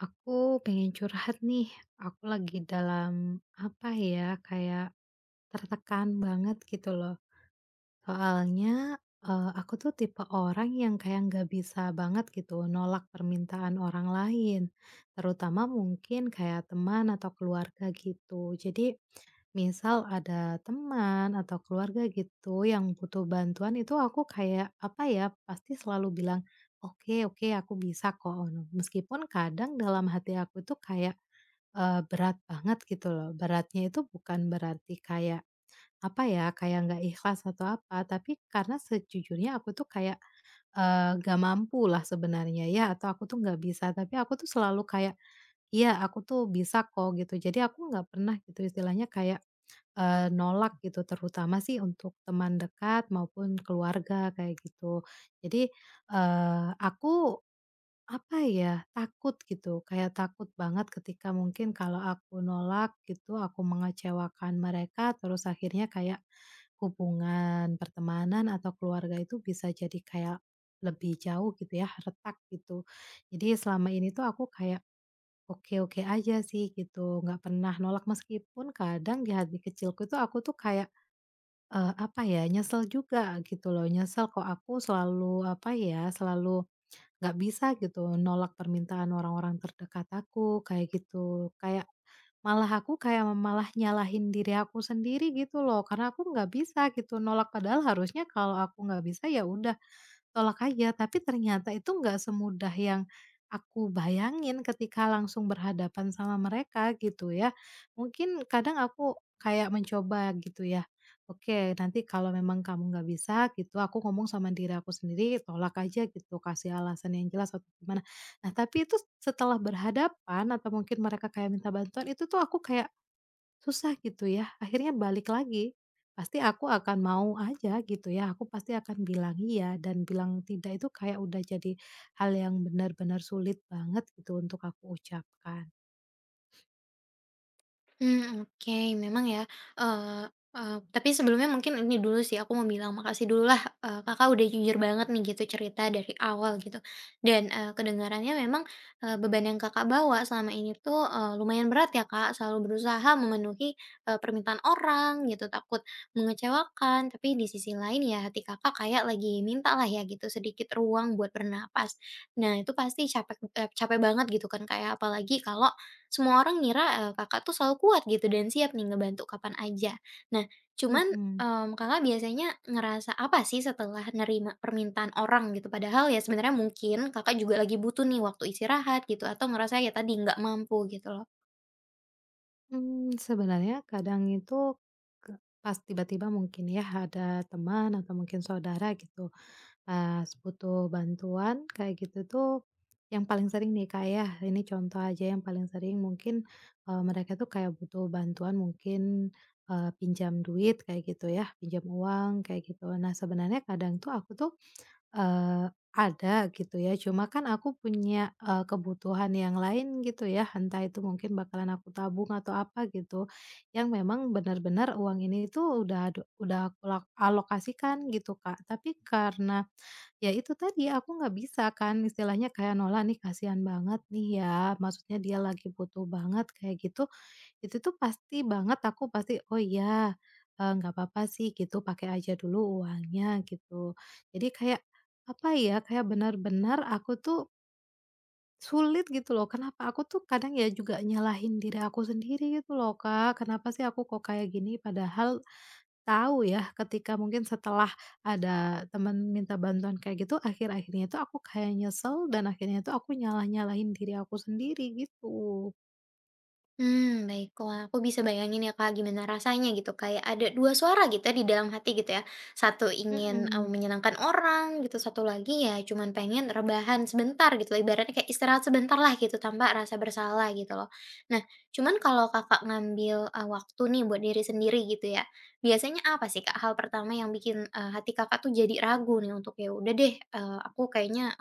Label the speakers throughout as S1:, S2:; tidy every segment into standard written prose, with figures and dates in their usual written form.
S1: Aku pengen curhat nih. Aku lagi dalam apa ya, kayak tertekan banget gitu loh. Soalnya aku tuh tipe orang yang kayak nggak bisa banget gitu nolak permintaan orang lain, terutama mungkin kayak teman atau keluarga gitu. Jadi misal ada teman atau keluarga gitu yang butuh bantuan itu aku kayak, apa ya, pasti selalu bilang, "Oke oke aku bisa kok," ono. Meskipun kadang dalam hati aku itu kayak, berat banget gitu loh. Beratnya itu bukan berarti kayak, apa ya, kayak nggak ikhlas atau apa, tapi karena sejujurnya aku tuh kayak, nggak mampulah sebenarnya ya atau aku tuh nggak bisa, tapi aku tuh selalu kayak, "Iya aku tuh bisa kok," gitu. Jadi aku nggak pernah gitu istilahnya kayak nolak gitu, terutama sih untuk teman dekat maupun keluarga kayak gitu. Jadi, aku apa ya, takut gitu, kayak takut banget ketika mungkin kalau aku nolak gitu, aku mengecewakan mereka, terus akhirnya kayak hubungan pertemanan atau keluarga itu bisa jadi kayak lebih jauh gitu ya, retak gitu. Jadi selama ini tuh aku kayak oke-oke aja sih gitu, nggak pernah nolak meskipun kadang di hati kecilku itu aku tuh kayak, apa ya, nyesel juga gitu loh, nyesel kok aku selalu apa ya, selalu nggak bisa gitu nolak permintaan orang-orang terdekat aku kayak gitu. Kayak malah aku kayak malah nyalahin diri aku sendiri gitu loh, karena aku nggak bisa gitu nolak padahal harusnya kalau aku nggak bisa ya udah tolak aja, tapi ternyata itu nggak semudah yang aku bayangin ketika langsung berhadapan sama mereka gitu ya. Mungkin kadang aku kayak mencoba gitu ya, "Oke, nanti kalau memang kamu nggak bisa gitu, aku ngomong sama diri aku sendiri, tolak aja gitu, kasih alasan yang jelas atau gimana." Nah, tapi itu setelah berhadapan atau mungkin mereka kayak minta bantuan, itu tuh aku kayak susah gitu ya, akhirnya balik lagi, pasti aku akan mau aja gitu ya, aku pasti akan bilang iya dan bilang tidak itu kayak udah jadi hal yang benar-benar sulit banget gitu untuk aku ucapkan.
S2: Hmm, oke, memang ya, eee eee, tapi sebelumnya mungkin ini dulu sih aku mau bilang makasih dululah, Kakak udah jujur banget nih gitu cerita dari awal gitu. Dan, kedengarannya memang, beban yang Kakak bawa selama ini tuh, lumayan berat ya, Kak, selalu berusaha memenuhi, permintaan orang gitu, takut mengecewakan, tapi di sisi lain ya hati Kakak kayak lagi minta lah ya gitu sedikit ruang buat bernapas. Nah itu pasti capek, capek banget gitu kan, kayak apalagi kalau semua orang ngira, Kakak tuh selalu kuat gitu dan siap nih ngebantu kapan aja. Nah, cuman,
S1: Mhm.
S2: Kakak biasanya ngerasa apa sih setelah nerima permintaan orang gitu? Padahal ya sebenarnya mungkin Kakak juga lagi butuh nih waktu istirahat gitu atau ngerasa ya tadi nggak mampu gitu loh.
S1: Mmm, sebenarnya kadang itu ke pas tiba-tiba mungkin ya ada teman atau mungkin saudara gitu pas butuh bantuan kayak gitu tuh, yang paling sering nih Kak ya, ini contoh aja yang paling sering mungkin, mereka tuh kayak butuh bantuan mungkin, pinjam duit kayak gitu ya, pinjam uang kayak gitu. Nah sebenarnya kadang tuh aku tuh, Eee, ada gitu ya, cuma kan aku punya, kebutuhan yang lain gitu ya, entah itu mungkin bakalan aku tabung atau apa gitu, yang memang benar-benar uang ini tuh udah aku alokasikan gitu, Kak. Tapi karena, ya itu tadi aku nggak bisa kan istilahnya kayak nolak nih, kasihan banget nih ya, maksudnya dia lagi butuh banget kayak gitu, itu tuh pasti banget aku pasti, "Oh iya, nggak apa-apa sih gitu, pakai aja dulu uangnya," gitu. Jadi kayak, apa ya, kayak benar-benar aku tuh sulit gitu loh, kenapa aku tuh kadang ya juga nyalahin diri aku sendiri gitu loh, Kak, kenapa sih aku kok kayak gini, padahal tahu ya ketika mungkin setelah ada teman minta bantuan kayak gitu, akhir-akhirnya itu aku kayak nyesel dan akhirnya itu aku nyalah-nyalahin diri aku sendiri gitu.
S2: Baiklah. Aku bisa bayangin ya, Kak, gimana rasanya gitu, kayak ada 2 suara gitu ya di dalam hati gitu ya. Satu ingin,
S1: Mhm.
S2: menyenangkan orang gitu, satu lagi ya cuman pengen rebahan sebentar gitu loh, ibaratnya kayak istirahat sebentar lah gitu tanpa rasa bersalah gitu loh. Nah, cuman kalau Kakak ngambil, waktu nih buat diri sendiri gitu ya, biasanya apa sih, Kak, hal pertama yang bikin, hati Kakak tuh jadi ragu nih untuk, "Ya udah deh, aku kayaknya,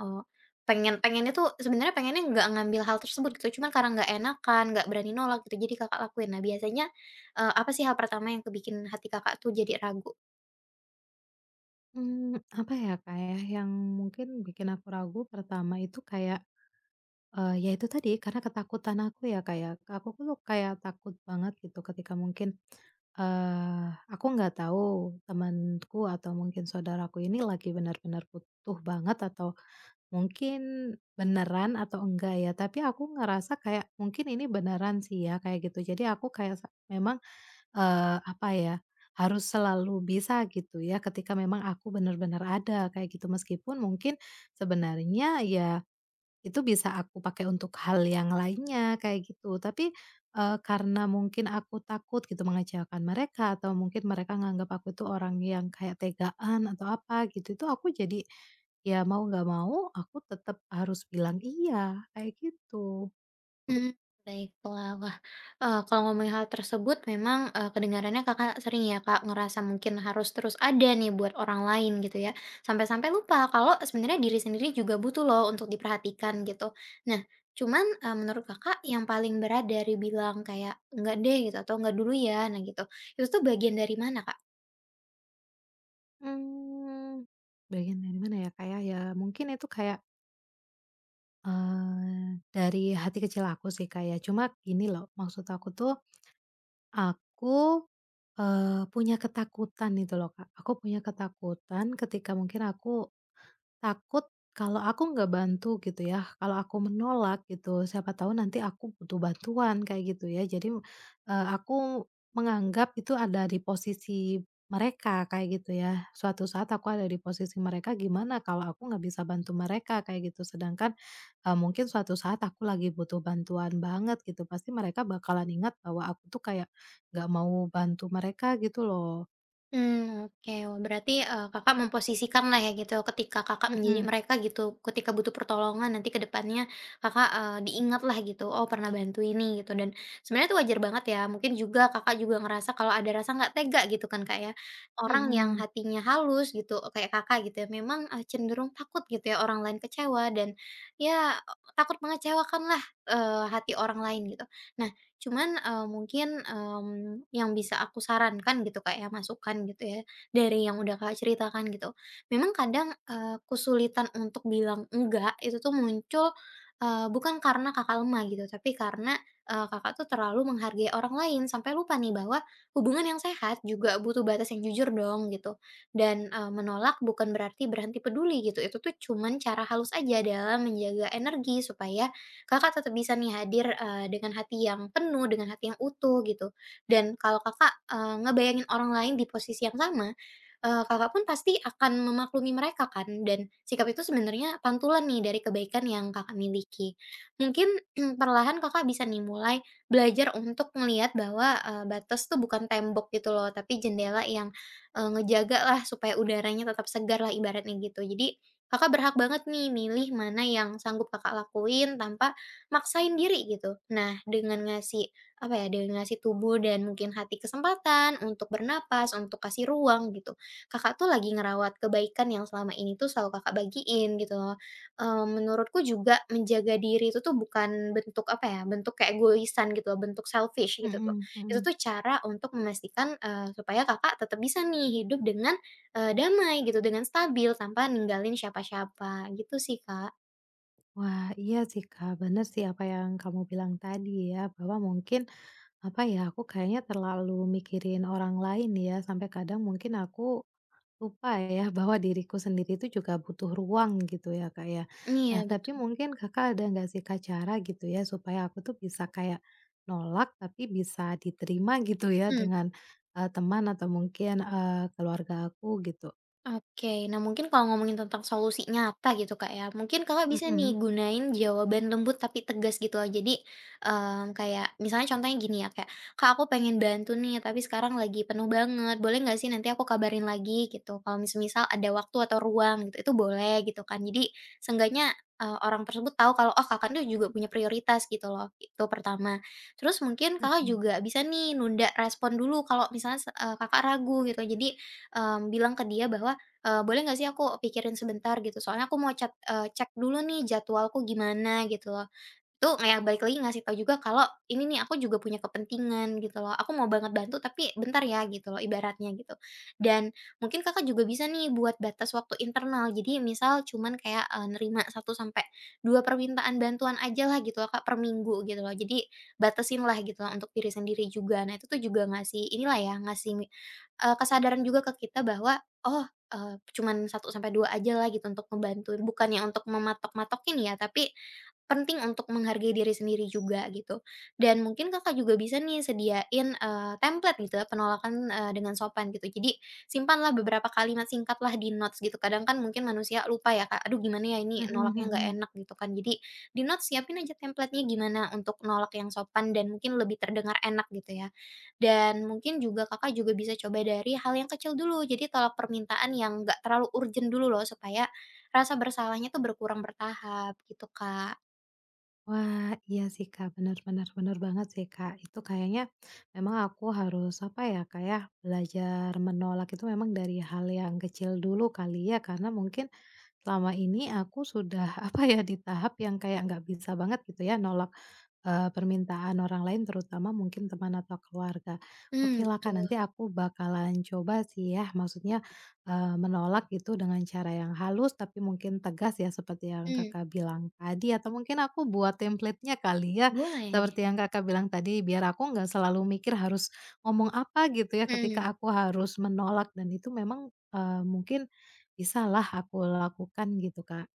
S2: pengen pengennya tuh sebenarnya pengennya nggak ngambil hal tersebut gitu, cuman karena nggak enakan, nggak berani nolak gitu, jadi Kakak lakuin. Nah biasanya, apa sih hal pertama yang kebikin hati Kakak tuh jadi ragu?
S1: Mmm, apa ya, Kak, ya, yang mungkin bikin aku ragu pertama itu kayak, ya itu tadi karena ketakutan aku ya, Kak, ya. Aku tuh kayak takut banget gitu ketika mungkin, eee, aku nggak tahu temanku atau mungkin saudaraku ini lagi benar-benar butuh banget atau mungkin beneran atau enggak ya, tapi aku ngerasa kayak mungkin ini beneran sih ya, kayak gitu. Jadi aku kayak memang apa ya, harus selalu bisa gitu ya ketika memang aku benar-benar ada kayak gitu. Meskipun mungkin sebenarnya ya itu bisa aku pakai untuk hal yang lainnya kayak gitu. Tapi, karena mungkin aku takut gitu mengecewakan mereka atau mungkin mereka nganggap aku itu orang yang kayak tegaan atau apa gitu, itu aku jadi ya mau nggak mau aku tetap harus bilang iya kayak gitu.
S2: Mmm, Baiklah. Wah, kalau ngomongin hal tersebut memang, kedengarannya Kakak sering ya, Kak, ngerasa mungkin harus terus ada nih buat orang lain gitu ya, sampai-sampai lupa kalau sebenarnya diri sendiri juga butuh loh untuk diperhatikan gitu. Nah, cuman, menurut Kakak yang paling berat dari bilang kayak, "Enggak deh," gitu atau, "Enggak dulu ya," nah gitu, itu tuh bagian dari mana, Kak?
S1: Mmm, bagian dari mana ya, kayak ya mungkin itu kayak dari hati kecil aku sih, kayak cuma gini loh, maksud aku tuh, aku, punya ketakutan itu loh, Kak. Aku punya ketakutan ketika mungkin aku takut kalau aku nggak bantu gitu ya, kalau aku menolak gitu, siapa tahu nanti aku butuh bantuan kayak gitu ya. Jadi, aku menganggap itu ada di posisi mereka kayak gitu ya. Suatu saat aku ada di posisi mereka, gimana kalau aku nggak bisa bantu mereka kayak gitu. Sedangkan, mungkin suatu saat aku lagi butuh bantuan banget gitu, pasti mereka bakalan ingat bahwa aku tuh kayak nggak mau bantu mereka gitu loh.
S2: Hmm, oke. Wah, berarti, Kakak memposisikan lah ya gitu, ketika Kakak menjadi
S1: Mhm,
S2: mereka gitu, ketika butuh pertolongan nanti ke depannya Kakak, eh, diingat lah gitu, "Oh pernah bantu ini," gitu, dan sebenarnya itu wajar banget ya, mungkin juga Kakak juga ngerasa kalau ada rasa nggak tega gitu kan, Kak, ya. Orang yang
S1: mhm,
S2: hatinya halus gitu, kayak Kakak gitu ya, memang, cenderung takut gitu ya orang lain kecewa dan ya, takut mengecewakanlah, hati orang lain gitu. Nah, cuman, mungkin, yang bisa aku sarankan gitu, Kak, ya, masukan gitu ya, dari yang udah kak ceritakan gitu. Memang kadang, kesulitan untuk bilang enggak itu tuh muncul, bukan karena Kakak lemah gitu, tapi karena, Kakak tuh terlalu menghargai orang lain sampai lupa nih bahwa hubungan yang sehat juga butuh batas yang jujur dong gitu. Dan, menolak bukan berarti berhenti peduli gitu, itu tuh cuman cara halus aja dalam menjaga energi supaya Kakak tetap bisa nih hadir, dengan hati yang penuh, dengan hati yang utuh gitu. Dan kalau Kakak, ngebayangin orang lain di posisi yang sama, Kakak pun pasti akan memaklumi mereka kan, dan sikap itu sebenarnya pantulan nih dari kebaikan yang Kakak miliki. Mungkin perlahan Kakak bisa nih mulai belajar untuk melihat bahwa, batas tuh bukan tembok gitu loh, tapi jendela yang, eh, ngejaga lah supaya udaranya tetap segar segarlah ibaratnya gitu. Jadi Kakak berhak banget nih milih mana yang sanggup Kakak lakuin tanpa maksain diri gitu. Nah, dengan ngasih, apa ya, dengan ngasih tubuh dan mungkin hati kesempatan untuk bernapas, untuk kasih ruang gitu. Kakak tuh lagi ngerawat kebaikan yang selama ini tuh selalu Kakak bagiin gitu loh. Menurutku juga menjaga diri itu tuh bukan bentuk, apa ya, bentuk keegoisan gitu loh, bentuk selfish gitu tuh.
S1: mhm,
S2: Itu
S1: mhm.
S2: tuh cara untuk memastikan, supaya Kakak tetap bisa nih hidup dengan, damai gitu, dengan stabil tanpa ninggalin siapa-siapa gitu sih, Kak.
S1: Wah, iya sih Kak, bener sih apa yang kamu bilang tadi ya, bahwa mungkin apa ya, aku kayaknya terlalu mikirin orang lain ya, sampai kadang mungkin aku lupa ya bahwa diriku sendiri itu juga butuh ruang gitu ya Kak ya. Nah,
S2: Iya,
S1: tapi
S2: betul.
S1: mungkin Kakak ada nggak sih Kak cara gitu ya, supaya aku tuh bisa kayak nolak tapi bisa diterima gitu ya
S2: Mmm.
S1: dengan teman atau mungkin keluarga aku gitu.
S2: Oke, nah mungkin kalau ngomongin tentang solusi nyata gitu Kak ya, mungkin Kakak bisa nih
S1: Mhm,
S2: gunain jawaban lembut tapi tegas gitu loh. Jadi, kayak misalnya contohnya gini ya kayak, "Kak aku pengen bantu nih tapi sekarang lagi penuh banget, boleh nggak sih nanti aku kabarin lagi?" gitu. Kalau misal-misal ada waktu atau ruang gitu, itu boleh gitu kan. Jadi seenggaknya, orang tersebut tahu kalau, oh Kakak tuh juga punya prioritas gitu loh, itu pertama. Terus mungkin Kakak
S1: mhm,
S2: juga bisa nih nunda respon dulu kalau misalnya Kakak ragu gitu. Jadi, bilang ke dia bahwa boleh nggak sih aku pikirin sebentar gitu? Soalnya aku mau cek dulu nih jadwalku gimana gitu loh. Itu kayak balik lagi ngasih tahu juga kalau, "Ini nih aku juga punya kepentingan," gitu loh, "Aku mau banget bantu tapi bentar ya," gitu loh ibaratnya gitu. Dan mungkin Kakak juga bisa nih buat batas waktu internal. Jadi misal cuman kayak, nerima satu sampai 2 permintaan bantuan aja lah gitu loh Kak, per minggu gitu loh. Jadi batasin lah gitu loh untuk diri sendiri juga. Nah itu tuh juga ngasih inilah ya, ngasih kesadaran juga ke kita bahwa, oh, cuman satu sampai dua aja lah gitu untuk membantu. Bukannya untuk mematok-matokin ya, tapi penting untuk menghargai diri sendiri juga gitu, dan mungkin Kakak juga bisa nih sediain, template gitu ya penolakan, dengan sopan gitu. Jadi simpanlah beberapa kalimat singkatlah di notes gitu. Kadang kan mungkin manusia lupa ya Kak, "Aduh gimana ya ini
S1: mhm,
S2: nolaknya nggak
S1: mhm.
S2: enak," gitu kan. Jadi di notes siapin aja template-nya gimana untuk nolak yang sopan dan mungkin lebih terdengar enak gitu ya. Dan mungkin juga Kakak juga bisa coba dari hal yang kecil dulu. Jadi tolak permintaan yang nggak terlalu urgent dulu loh supaya rasa bersalahnya tuh berkurang bertahap gitu, Kak.
S1: Wah, iya sih Kak, benar-benar benar banget sih Kak, itu kayaknya memang aku harus, apa ya Kak ya, belajar menolak itu memang dari hal yang kecil dulu kali ya, karena mungkin selama ini aku sudah, apa ya, di tahap yang kayak nggak bisa banget gitu ya nolak permintaan orang lain terutama mungkin teman atau keluarga.
S2: Mmm,
S1: Oke lah, Kak,
S2: betul,
S1: nanti aku bakalan coba sih ya, maksudnya, menolak itu dengan cara yang halus tapi mungkin tegas ya seperti yang
S2: mmm.
S1: Kakak bilang tadi atau mungkin aku buat template-nya kali ya,
S2: Boleh.
S1: seperti yang Kakak bilang tadi biar aku nggak selalu mikir harus ngomong apa gitu ya
S2: Mhm,
S1: ketika aku harus menolak dan itu memang, mungkin bisalah aku lakukan gitu, Kak.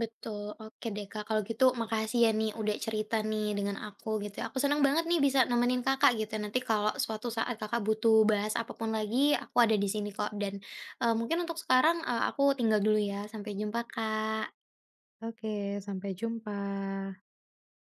S2: betul. Oke deh, Kak, kalau gitu makasih ya nih udah cerita nih dengan aku gitu ya. Aku senang banget nih bisa nemenin Kakak gitu. Nanti kalau suatu saat Kakak butuh bahas apa pun lagi, aku ada di sini kok. Dan, mungkin untuk sekarang, aku tinggal dulu ya. Sampai jumpa, Kak.
S1: Oke, sampai jumpa.